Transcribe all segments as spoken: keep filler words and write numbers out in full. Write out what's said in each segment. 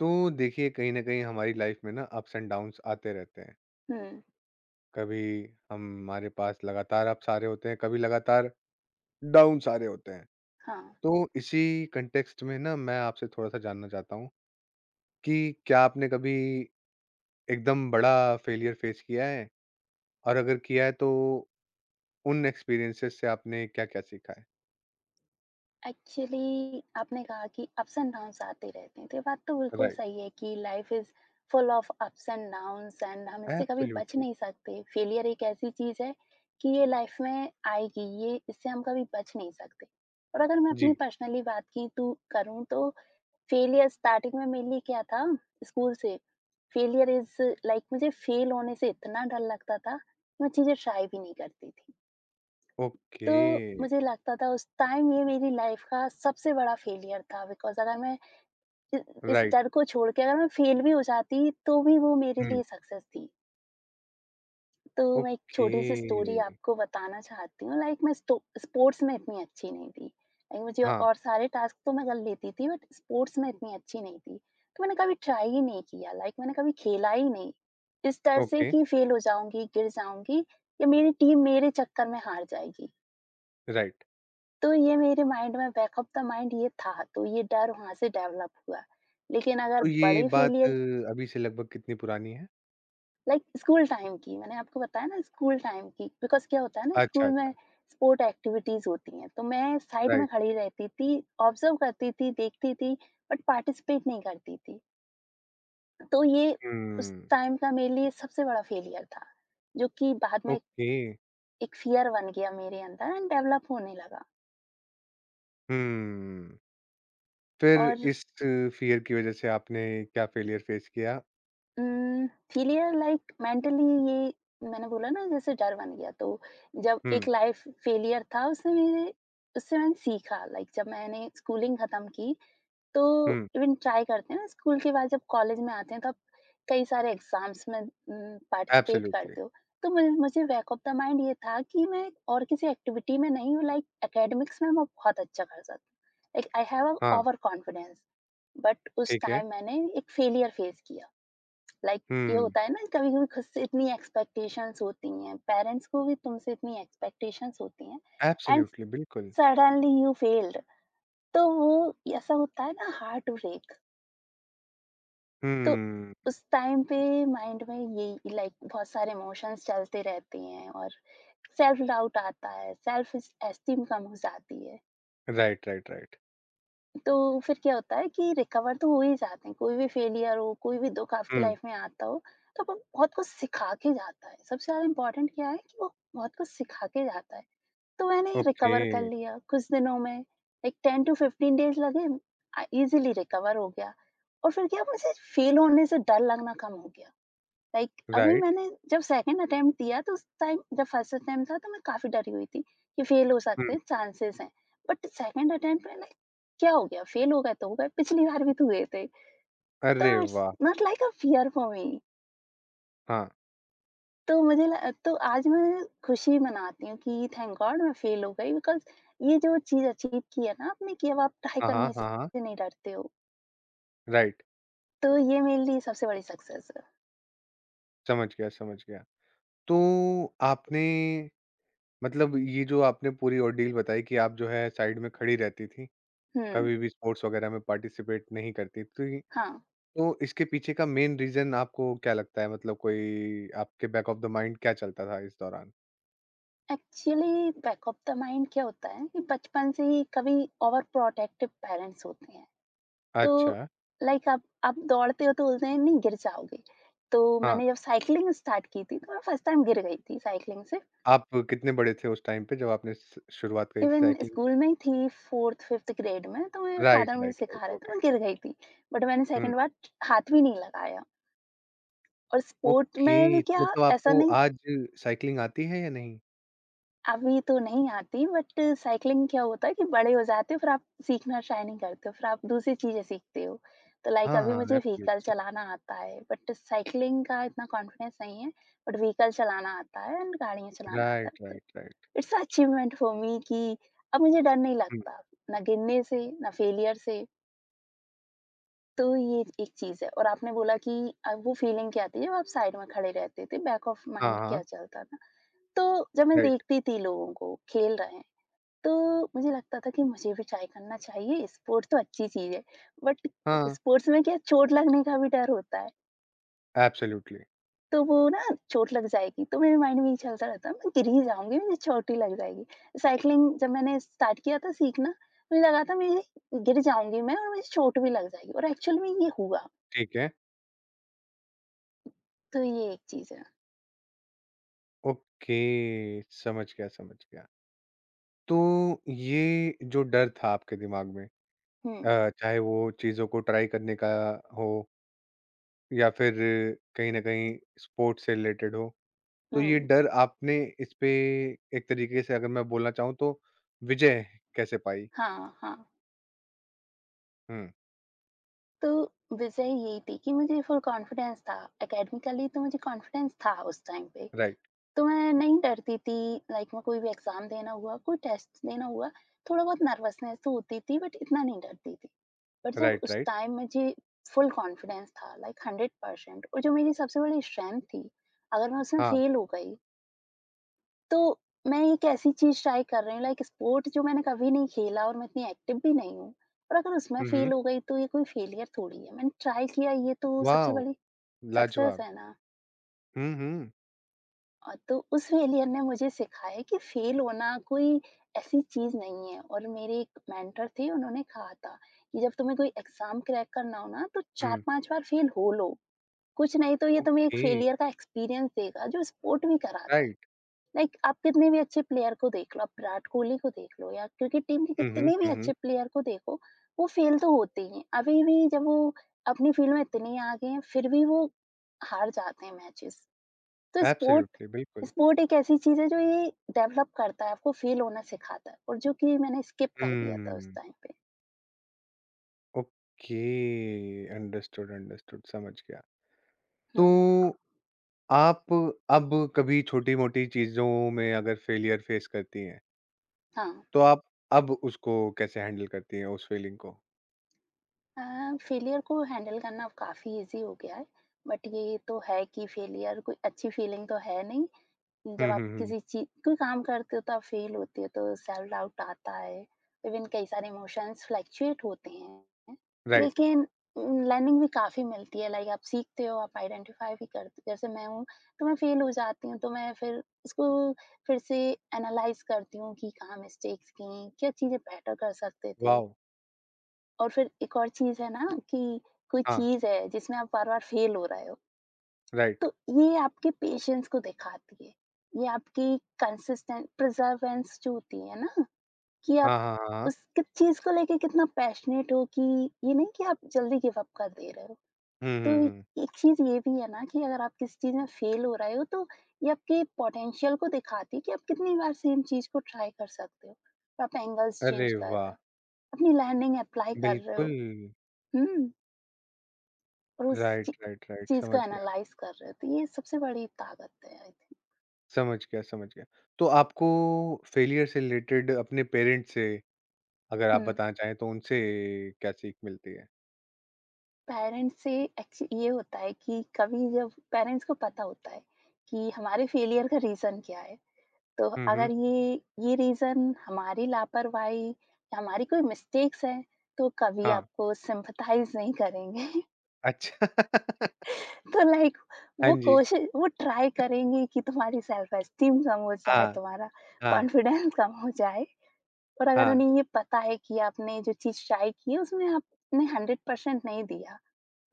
तो देखिए कहीं ना कहीं हमारी लाइफ में ना अप्स एंड डाउन्स आते रहते हैं हुँ, कभी हमारे पास लगातार अप्स आ रहे होते हैं कभी लगातार डाउन्स आ रहे होते हैं। हाँ। तो इसी कंटेक्स्ट में ना मैं आपसे थोड़ा सा जानना चाहता हूँ कि क्या आपने कभी एकदम बड़ा फेलियर फेस किया है और अगर किया है तो उन एक्सपीरियंसेस से आपने क्या क्या सीखा है? एक्चुअली आपने कहा कि अप्स एंड डाउन्स आते रहते हैं, तो ये बात तो बिल्कुल राइट। सही है कि life is full of ups and downs and हम इससे कभी बच एब्सोल्युटली। नहीं सकते। फेलियर एक ऐसी चीज़ है कि ये लाइफ़ में आएगी, ये इससे हम कभी बच नहीं सकते। और अगर मैं अपनी जी। पर्सनली बात की तो करूँ, तो फेलियर स्टार्टिंग में मेरे लिए क्या था? स्कूल से, फेलियर इज़ लाइक मुझे फेल होने से इतना डर लगता था, मैं चीज़ें ट्राई भी नहीं करती थी। तो ओके। मुझे लगता था उस टाइम ये मेरी लाइफ़ का सबसे बड़ा फेलियर था, बिकॉज़ अगर मैं इ इस राइट। डर को छोड़ के अगर मैं फेल भी हो जाती, तो भी वो मेरे हम्म। लिए सक्सेस थी। तो मैं एक ओके। छोटी-सी स्टोरी आपको बताना चाहती हूँ। लाइक मैं स्टो स्पोर्ट्स में इतनी अच्छी नहीं थी। लाइक मुझे हाँ। और सारे टास्क तो मैं कर लेती थी, बट स्पोर्ट्स में इतनी अच्छी नहीं थी। तो मैंने कभी ट्राई ही नहीं किया, लाइक मैंने कभी खेला ही नहीं। इस डर से ओके। कि फेल हो जाऊँगी, गिर जाऊँगी, या मेरी टीम मेरे चक्कर में हार जाएगी। राइट। तो ये मेरे माइंड में, बैक ऑफ द माइंड ये था, तो ये डर वहाँ से डेवलप हुआ। लेकिन अगर तो ये बड़े बात अ, फेलियर, अभी से लगभग कितनी पुरानी है? लाइक स्कूल टाइम की मैंने आपको बताया ना, स्कूल टाइम की, बिकॉज़ क्या होता है ना, अच्छा, स्कूल अच्छा, में स्पोर्ट एक्टिविटीज़ होती हैं, तो मैं साइड में राइट। खड़ी रहती थी, ऑब्ज़र्व करती थी, देखती थी, बट पार्टिसिपेट नहीं करती थी। तो ये उस हुँ, टाइम का मेरे लिए सबसे बड़ा फेलियर था, जो कि बाद में ओके। एक फ़ियर बन गया मेरे अंदर, एंड डेवलप होने लगा। हुँ, फिर और इस फ़ियर की वज़ह से आपने क्या फ़ेलियर फ़ेस किया? उम, फेलियर लाइक मेंटली, ये मैंने बोला ना जैसे डर बन गया, तो जब हुँ, एक लाइफ फेलियर था, उससे मेरे उससे मैंने सीखा, लाइक जब मैंने स्कूलिंग खत्म की, तो हुँ, इवन ट्राई करते हैं ना, स्कूल के बाद जब कॉलेज में आते हैं, तो आप कई सारे एग्जाम्स में पार्टिसिपेट करते एब्सोल्यूटली। हो। तो मुझे मुझे बैक ऑफ द माइंड ये था कि मैं और किसी एक्टिविटी में नहीं हूँ, लाइक एकेडमिक्स में मैं बहुत अच्छा कर सकती, लाइक आई हैव हाँ, ओवर कॉन्फिडेंस। बट उस ठीक है। टाइम मैंने एक फेलियर फेस किया। लाइक ये हुँ, होता है ना, कभी कभी खुद से इतनी एक्सपेक्टेशंस होती हैं, पेरेंट्स को भी तुमसे इतनी एक्सपेक्टेशंस होती हैं, एंड एब्सोल्यूटली, बिल्कुल। सडनली यू फेल्ड, तो वो, ऐसा होता है ना, हार्ट ब्रेक। तो हुँ, उस टाइम पे माइंड में यही, लाइक बहुत सारे इमोशंस चलते रहते हैं, और सेल्फ डाउट आता है, सेल्फ एस्टीम कम हो जाती है। Right, right, right. तो फिर क्या होता है कि रिकवर तो हो ही जाते हैं। कोई भी फेलियर हो, कोई भी दुःख आपकी हुँ, लाइफ़ में आता हो, तो वो बहुत कुछ सिखा के जाता है। सबसे ज़्यादा इम्पोर्टेंट क्या है कि वो बहुत कुछ सिखा के जाता है। तो मैंने ओके, रिकवर कर लिया कुछ दिनों में, like ten to fifteen days लगे, अ, ईज़िली रिकवर हो गया। और फिर क्या, मुझे फेल होने से डर लगना कम हो गया। लाइक अभी राइट। मैंने जब सेकंड अटेम्प्ट दिया, तो उस टाइम, जब फर्स्ट अटेम्प्ट था, तो मैं काफ़ी डरी हुई थी कि फेल हो हुँ, सकते हैं, चांसेस हैं। बट सेकंड अटेम्प्ट में, लाइक क्या हो गया? फेल हो गए तो हो गए, पिछली बार भी तो हुए थे। तो अरे इट्स वाह! Not like a fear for me. हाँ, तो मुझे ल तो आज मैं खुशी मनाती हूँ कि थैंक गॉड मैं फेल हो गई, बिकॉज़ ये जो चीज़ अचीव की है ना आपने, कि अब आप ट्राई हाँ, हाँ, करने हाँ, हाँ, से नहीं डरते हो। राइट, तो ये मेरे लिए सबसे बड़ी सक्सेस है। समझ गया, समझ गया। तो आपने मतलब ये जो आपने पूरी ordeal बताई कि आप जो है साइड में खड़ी रहती थी, हुँ, कभी भी स्पोर्ट्स वगैरह में पार्टिसिपेट नहीं करती थी। हाँ। तो इसके पीछे का मेन रीज़न आपको क्या लगता है? मतलब कोई आपके बैक ऑफ द माइंड क्या चलता था इस दौरान? Actually back of the mind क्या होता है कि बचपन से ही कभी ओवर प्रोटेक्टिव पेरेंट्स होते हैं, तो अच्छा, लाइक आप आप दौड़ते हो तो बोलते हैं, नहीं, गिर जाओगे। तो हाँ। मैंने जब साइकिलिंग स्टार्ट की थी, तो मैं फर्स्ट टाइम गिर गई थी साइकिलिंग से। आप कितने बड़े थे उस टाइम पे जब आपने स शुरुआत करी थी इवन साइक्लिंग? स्कूल में ही थी, फोर्थ फिफ्थ ग्रेड में, तो मेरे फादर राइट, मुझे राइट, सिखा राइट, रहे थे, ओके। मैं गिर गई थी। बट मैंने हुँ, सेकंड बार हाथ भी नहीं लगाया, और स्पोर्ट में भी ओके तो क्या, मतलब ऐसा आपको नहीं। आज साइक्लिंग आती है या नहीं? अभी तो नहीं आती, बट साइकिलिंग क्या होता है कि बड़े हो जाते हो, फिर आप सीखना ट्राई नहीं करते हो, फिर आप दूसरी चीजें सीखते हो। तो लाइक हाँ, अभी हाँ, मुझे व्हीकल एब्सोल्युटली। चलाना आता है, बट साइकिलिंग का इतना कॉन्फिडेंस नहीं है। बट व्हीकल चलाना आता है, एंड गाड़ियां चलाना आता है, राइट, तो right, right. It's achievement for me कि अब मुझे डर नहीं हुँ, लगता, ना गिरने से, ना फेलियर से। तो ये एक चीज है। और आपने बोला कि अब वो फीलिंग क्या आती है जब आप साइड में खड़े रहते थे, बैक ऑफ हाँ, माइंड क्या हाँ, चलता था। तो जब मैं राइट। देखती थी लोगों को खेल रहे हैं, तो मुझे लगता था कि मुझे भी ट्राई करना चाहिए, स्पोर्ट्स तो अच्छी चीज़ है, बट हाँ, स्पोर्ट्स में क्या, चोट लगने का भी डर होता है, एब्सोल्युटली, तो वो ना, चोट लग जाएगी, तो मेरे माइंड में ये चलता रहता है, मैं गिर ही जाऊँगी, मुझे चोट ही लग जाएगी। साइक्लिंग जब मैंने स्टार्ट किया था सीखना, मुझे लगा था मेरे गिर जाऊँगी मैं, और मुझे चोट भी लग जाएगी, और एक्चुअल में ये हुआ। ठीक है। तो ये एक चीज़ है। ओके, समझ गया, समझ गया। तो ये जो डर था आपके दिमाग में, हुँ, अ, चाहे वो चीज़ों को ट्राई करने का हो या फिर कहीं न कहीं स्पोर्ट्स से रिलेटेड हो, तो ये हुँ। डर आपने इसपे एक तरीके से अगर मैं बोलना चाहूँ तो विजय कैसे पाई? हाँ, हाँ। हुँ, तो वजह यही थी कि मुझे फुल कॉन्फिडेंस था, एकेडमिकली तो मुझे कॉन्फिडेंस था उस टाइम पे। राइट, तो मैं नहीं डरती थी, लाइक मैं कोई भी एग्ज़ाम देना हुआ, कोई टेस्ट देना हुआ, थोड़ा बहुत नर्वसनेस तो होती थी, बट इतना नहीं डरती थी। बट जब राइट, उस राइट। टाइम मुझे फुल कॉन्फिडेंस था लाइक हंड्रेड परसेंट, और जो मेरी सबसे बड़ी स्ट्रेंथ थी, अगर मैं उसमें हाँ। फेल हो गई, तो मैं एक ऐसी चीज़ ट्राई कर रही हूँ लाइक स्पोर्ट, जो मैंने कभी नहीं खेला, और मैं इतनी एक्टिव भी नहीं हूँ, और अगर उसमें हुँ, फेल हुँ। हो गई, तो ये कोई फेलियर थोड़ी है। मैंने ट्राई किया, ये तो सबसे वॉव! बड़ी सक्सेस लाजवाब। है ना। हुँ, हुँ। अ, तो उस फेलियर ने मुझे सिखाया कि फेल होना कोई ऐसी चीज़ नहीं है। और मेरे एक मेंटर थे, उन्होंने कहा था कि जब तुम्हें कोई एग्ज़ाम क्रैक करना हो ना, तो हुँ, चार पाँच बार फेल हो लो, कुछ नहीं तो ये तुम्हें एक ओके, फेलियर का एक्सपीरियंस देगा, जो सपोर्ट भी कराता है। राइट। लाइक आप कितने भी अच्छे प्लेयर को देख लो, आप विराट कोहली को देख लो, या क्रिकेट टीम के हुँ, हुँ, कितने भी हुँ, हुँ। अच्छे प्लेयर को देखो, वो फेल तो होते ही हैं। अभी भी जब वो अपनी फील्ड में इतने आगे हैं, फिर भी वो हार जाते हैं मैचेस। तो स्पोर्ट एब्सोल्युटली, बिल्कुल। स्पोर्ट एक ऐसी चीज़ है जो ये डेवलप करता है, आपको फ़ील होना सिखाता है, और जो कि मैंने स्किप कर दिया था उस हुँ। टाइम पे। ओके, अंडरस्टूड, अंडरस्टूड, समझ गया। तो हुँ, आप अब कभी छोटी मोटी चीजों में अगर फेलियर फेस करती हैं हाँ। तो आप अब उसको कैसे हैंडल करती हैं उस फीलिंग को? अ, फेलियर को हैंडल करना अब काफ़ी ईज़ी हो गया है, बट ये तो है कि फेलियर कोई अच्छी फीलिंग तो है नहीं। जब हम्म, आप हम्म, हम्म। किसी चीज़, कोई काम करते हो, तो आप फेल होते हो, तो सेल्फ डाउट आता है, इवन कई सारे इमोशंस फ्लक्चुएट होते हैं। राइट। लेकिन लर्निंग भी काफ़ी मिलती है, लाइक आप सीखते हो, आप आइडेंटिफाई भी करते हो, जैसे मैं हूँ, तो मैं फेल हो जाती हूँ, तो मैं फिर उसको फिर से एनालाइज करती हूँ कि कहाँ मिस्टेक्स की, क्या चीज़ें बेटर कर सकते थे। वाओ। और फिर एक और चीज़ है ना, कि कोई हाँ। चीज़ है जिसमें आप बार बार फेल हो रहे हो, राइट। तो ये आपके पेशेंस को दिखाती है। ये आपकी कंसिस्टेंट परसेवरेंस जो होती है ना, कि आप हाँ, हाँ, हाँ, हाँ, उस किस चीज़ को लेके कितना पैशनेट हो, कि ये नहीं कि आप जल्दी गिव अप कर दे रहे हो। हम्म, हम्म, तो हम्म। एक चीज़ ये भी है ना, कि अगर आप किसी चीज़ में फेल हो रहे हो, तो ये आपके पोटेंशियल को दिखाती है कि आप कितनी बार सेम चीज़ को ट्राई कर सकते हो। और आप एंगल्स अरे चेंज कर रहे वाह! हो, अपनी लर्निंग अप्लाई कर रहे बिल्कुल। हो। हुँ, और उस ची राइट, राइट, राइट, चीज़ को समझ गया, एनालाइज़ कर रहे हो। तो ये सबसे बड़ी ताकत है आई थिंक। समझ गया, समझ गया। तो आपको फेलियर से रिलेटेड अपने पेरेंट्स से अगर आप हुँ। बताना चाहें तो उनसे क्या सीख मिलती है? पेरेंट्स से, एक्चु ये होता है कि कभी, जब पेरेंट्स को पता होता है कि हमारे फेलियर का रीज़न क्या है, तो हम्म। अगर ये ये रीज़न हमारी लापरवाही या हमारी कोई मिस्टेक्स हैं, तो कभी हाँ, आपको सिम्पैथाइज़ नहीं करेंगे। अच्छा। तो लाइक हाँ वो जी। कोशिश वो ट्राई करेंगे कि तुम्हारी सेल्फ एस्टीम कम हो जाए, हाँ, तुम्हारा हाँ, कॉन्फिडेंस कम हो जाए। और अगर हाँ, उन्हें ये पता है कि आपने जो चीज़ ट्राई की है, उसमें आपने हंड्रेड परसेंट नहीं दिया।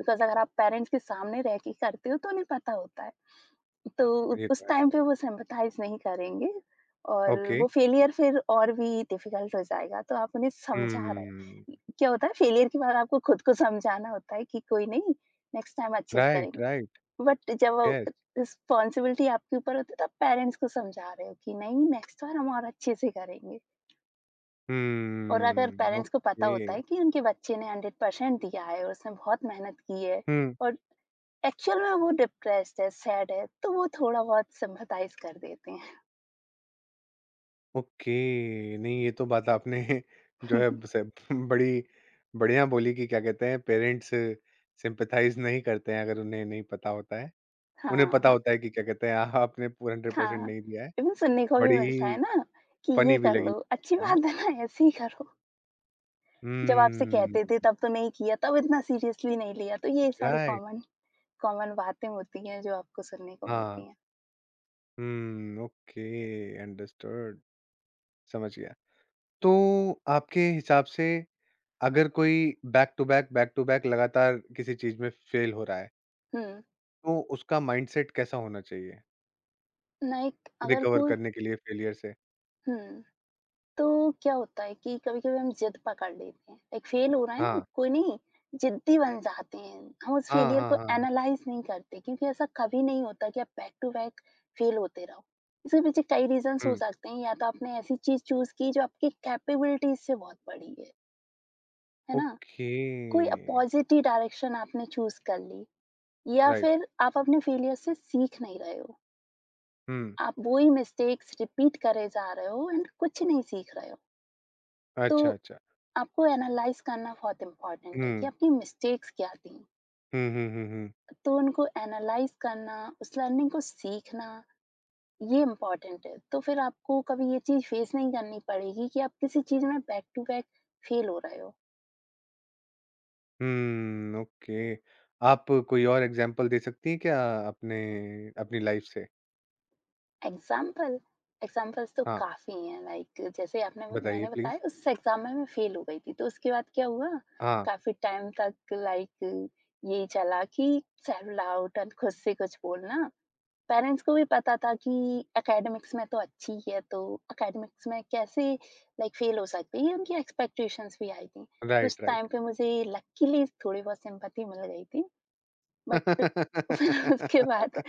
बिकॉज़ अगर आप पेरेंट्स के सामने रह के करते हो, तो उन्हें पता होता है। तो हाँ, ये उस तो है। टाइम पे वो सिम्पैथाइज़ नहीं करेंगे, और ओके। वो फेलियर फिर और भी डिफ़िकल्ट हो जाएगा, तो आप उन्हें समझा रहे हम्म, हैं। क्या होता है, फेलियर के बाद आपको खुद को समझाना होता है कि कोई नहीं, नेक्स्ट टाइम अच्छे से राइट, करेंगे। राइट, बट जब वो येस। रिस्पॉन्सिबिलिटी आपके ऊपर होती है, तो आप पेरेंट्स को समझा रहे हो कि नहीं, नेक्स्ट बार हम और अच्छे से करेंगे। और अगर हम्म, पेरेंट्स को पता होता ओके। है कि उनके बच्चे ने हंड्रेड परसेंट दिया है और उसने बहुत मेहनत की है हुँ, और एक्चुअल में वो डिप्रेस्ड है, सैड है, तो वो थोड़ा-बहुत सिम्पैथाइज़ कर देते हैं। ओके। नहीं, ये तो बात आपने जो है ब बड़ी बढ़िया बोली कि क्या कहते हैं पेरेंट्स सिम्पैथाइज़ नहीं करते हैं अगर उन्हें नहीं पता होता है। उन्हें हाँ, पता हाँ, होता है कि क्या कहते हैं आपने पूरा हंड्रेड परसेंट हाँ। नहीं दिया है। इवन सुनने को भी मिलता है बड़ी ना कि ये फ़नी भी कर लगी। लो, अच्छी बात है ना, ऐसे ही करो। जब आपसे हुँ, कहते थे तब तो नहीं किया, तब इतना सीरियसली नहीं लिया, तो ये सारे राइट, कॉमन कॉमन बातें होती हैं जो आपको सुनने को हाँ। मिलती हैं। हुँ, ओके, अंडरस्टूड, समझ गया। तो आपके हिसाब से अगर कोई back to back, back to back लगातार किसी चीज़ में फेल हो रहा है, हुँ, तो उसका माइंडसेट कैसा होना चाहिए लाइक अगर रिकवर कोई, करने के लिए फेलियर से? हुँ। तो क्या होता है कि कभी-कभी हम जिद पकड़ लेते हैं। लाइक फेल हो रहे हैं, हाँ। कोई नहीं, जिद्दी बन जाते हैं। हम उस हाँ, फेलियर हाँ, को हाँ, हाँ। एनालाइज़ नहीं करते क्योंकि ऐसा कभी नहीं होता कि आप बैक टू बैक फेल होते रहो। इसके पीछे कई रीज़न्स हो हुँ, सकते हैं, या तो आपने ऐसी चीज़ चूज़ की जो आपकी कैपेबिलिटीज़ से बहुत बड़ी है, है ना? ओके, कोई पॉज़िटिव डायरेक्शन आपने चूज़ कर ली, या राइट। फिर आप अपने फेलियर से सीख नहीं रहे हो। हुँ, आप वही मिस्टेक्स रिपीट करे जा रहे हो एंड कुछ नहीं सीख रहे हो। तो अच्छा, अच्छा। आपको एनालाइज करना बहुत इम्पोर्टेंट है कि हुँ, आपकी मिस्टेक्स क्या थी, हुँ, हुँ, हुँ, हुँ। तो उनको एनालाइज करना, उस लर्निंग को सीखना, ये इम्पोर्टेंट है, तो फिर आपको कभी ये चीज फेस नहीं करनी पड़ेगी कि आप किसी चीज में बैक टू बैक फेल हो रहे हो। हुँ, ओके। आप कोई और एग्ज़ाम्पल दे सकती हैं क्या, अपने अपनी लाइफ़ से? एग्जाम्पल एग्जाम्पल्स तो हाँ, काफी हैं, लाइक जैसे आपने बताइए मैंने बताया, प्लीज़। उस एग्जाम में मैं फेल हो गई थी, तो उसके बाद क्या हुआ? हाँ, काफी टाइम तक लाइक यही चला कि सेल्फ डाउट और खुद से कुछ बोलना। पेरेंट्स को भी पता था कि एकेडमिक्स में तो अच्छी ही है, तो एकेडमिक्स में कैसे लाइक फेल हो सकती है, ये उनकी एक्सपेक्टेशंस भी आई थी। तो उस राइट, टाइम राइट। पे मुझे लकीली थोड़ी बहुत सिंपैथी मिल गई थी, बट फिर उसके बाद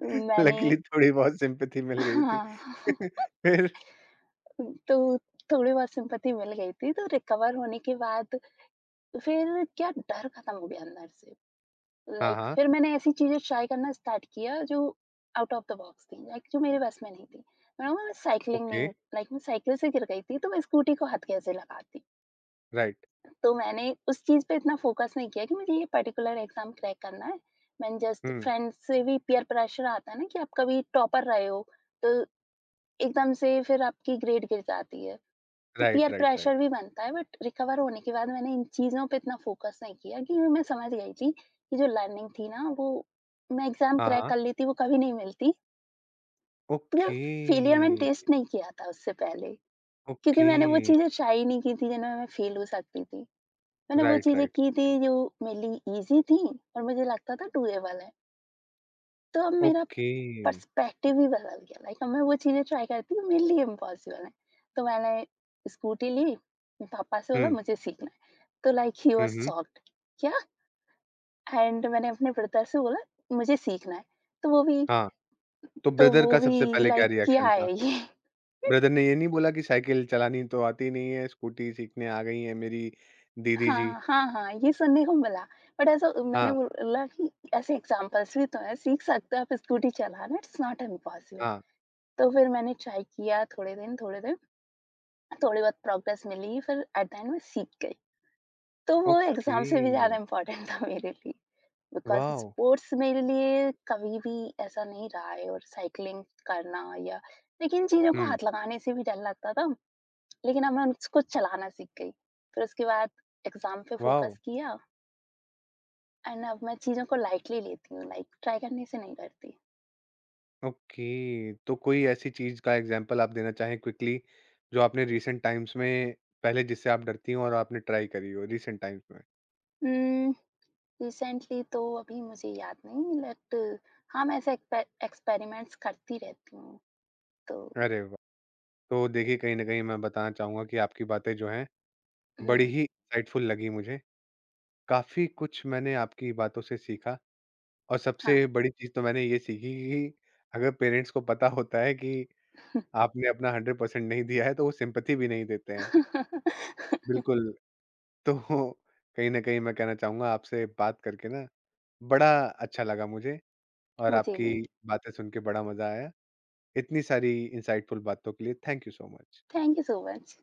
मैंने, लकीली थोड़ी बहुत सिम्पैथी मिल गई थी। हाँ, फिर तो थोड़ी बहुत सिंपैथी मिल गई थी, तो रिकवर होने के बाद फिर क्या डर खत्म हो गया अंदर से। हाँ, लाइक like, हाँ, फिर मैंने ऐसी चीज़ें ट्राई करना स्टार्ट किया जो आउट ऑफ द बॉक्स थी, लाइक जो मेरे बस में नहीं थी। मैं मैं साइकिलिंग ओके, नहीं, लाइक मैं साइकिल से गिर गई थी, तो मैं स्कूटी को हाथ कैसे लगाती। राइट, तो मैंने उस चीज़ पे इतना फोकस नहीं किया कि मुझे ये पर्टिकुलर एग्जाम क्रैक करना है। मैंने जस्ट, हुँ, फ्रेंड्स से भी पीयर प्रेशर आता है ना कि आप कभी टॉपर रहे हो, तो एकदम से फिर आपकी ग्रेड गिर जाती है, तो right, peer right, pressure right, भी बनता है। बट रिकवर होने के बाद मैंने इन चीज़ों पे इतना फोकस नहीं किया, क्योंकि मैं समझ गई थी कि जो लर्निंग थी ना वो मैं एग्ज़ाम हाँ, क्रैक हाँ, कर लेती वो कभी नहीं मिलती। मतलब ओके, फेलियर मैंने टेस्ट नहीं किया था उससे पहले, क्योंकि ओके, मैंने वो चीज़ें ट्राई ही नहीं की थी जिनमें मैं फेल हो सकती थी। मैंने वो राइट, चीज़ें राइट, की थी जो मेरे लिए ईज़ी थी और मुझे लगता था डूएबल है। तो अब मेरा ओके, पर्सपेक्टिव ही बदल गया, लाइक अब मैं वो चीज़ें ट्राई करती हूँ मेरे लिए इम्पॉसिबल है। तो मैंने स्कूटी ली, पापा से बोला हुँ, मुझे सीखना है। तो लाइक ही हुँ, वाज हुँ, शॉक्ड, क्या? एंड मैंने अपने ब्रदर से बोला मुझे सीखना है। तो वो भी हाँ, तो तो ब्रदर वो का सबसे भी पहले क्या लाइक क्या रिएक्शन था? है ये? ब्रदर ने ये नहीं बोला कि साइकिल चलानी तो आती नहीं है, स्कूटी सीखने आ गई हैं मेरी दीदी जी? हाँ, हाँ, हाँ, ये सुनने को मिला। बट ऐसा मैंने हाँ, बोला कि ऐसे एग्ज़ाम्पल्स भी तो हैं, सीख सकते हो आप स्कूटी चलाना, इट्स नॉट इम्पॉसिबल। हाँ, तो फिर मैंने ट्राई किया थोड़े दिन, थोड़े दिन, थोड़ी बहुत प्रोग्रेस मिली, फिर एट द एंड मैं सीख गई। तो वो ओके, एग्ज़ाम से भी ज़्यादा इम्पोर्टेंट था मेरे लिए, बिकॉज़ वॉव! स्पोर्ट्स मेरे लिए कभी भी ऐसा नहीं रहा है, और साइक्लिंग करना या, लेकिन चीज़ों को हुँ, हाथ लगाने से भी डर लगता था, लेकिन अब मैं उसको चलाना सीख गई। फिर उसके बाद एग्ज़ाम पे वॉव! फ़ोकस किया एंड अब मैं चीज़ों को लाइटली लेती हूँ, लाइक ट्राई करने से नहीं डरती। ओके, तो कोई ऐसी चीज़ का एग्ज़ाम्पल आप देना चाहें क्विकली जो आपने रिसेंट टाइम्स में, पहले जिससे आप डरती हो और आपने ट्राई करी हो रिसेंट टाइम्स में? उम, रिसेंटली तो अभी मुझे याद नहीं, बट हाँ, मैं ऐसे एक्सपे एक्सपेरिमेंट्स करती रहती हूँ, तो अरे वाह! तो देखिए कहीं न कहीं मैं बताना चाहूँगा कि आपकी बातें जो हैं बड़ी हुँ, ही इंसाइटफुल लगी मुझे। काफ़ी कुछ मैंने आपकी बातों से सीखा और हाँ। सबसे बड़ी चीज़ तो मैंने ये सीखी कि अगर पेरेंट्स को पता होता है कि आपने अपना हंड्रेड परसेंट नहीं दिया है तो वो सिम्पैथी भी नहीं देते हैं। बिल्कुल। तो कहीं न कहीं मैं कहना चाहूँगा आपसे बात करके ना बड़ा अच्छा लगा मुझे और Me आपकी too. बातें सुन के बड़ा मज़ा आया। इतनी सारी इनसाइटफुल बातों के लिए thank you so much. Thank you so much.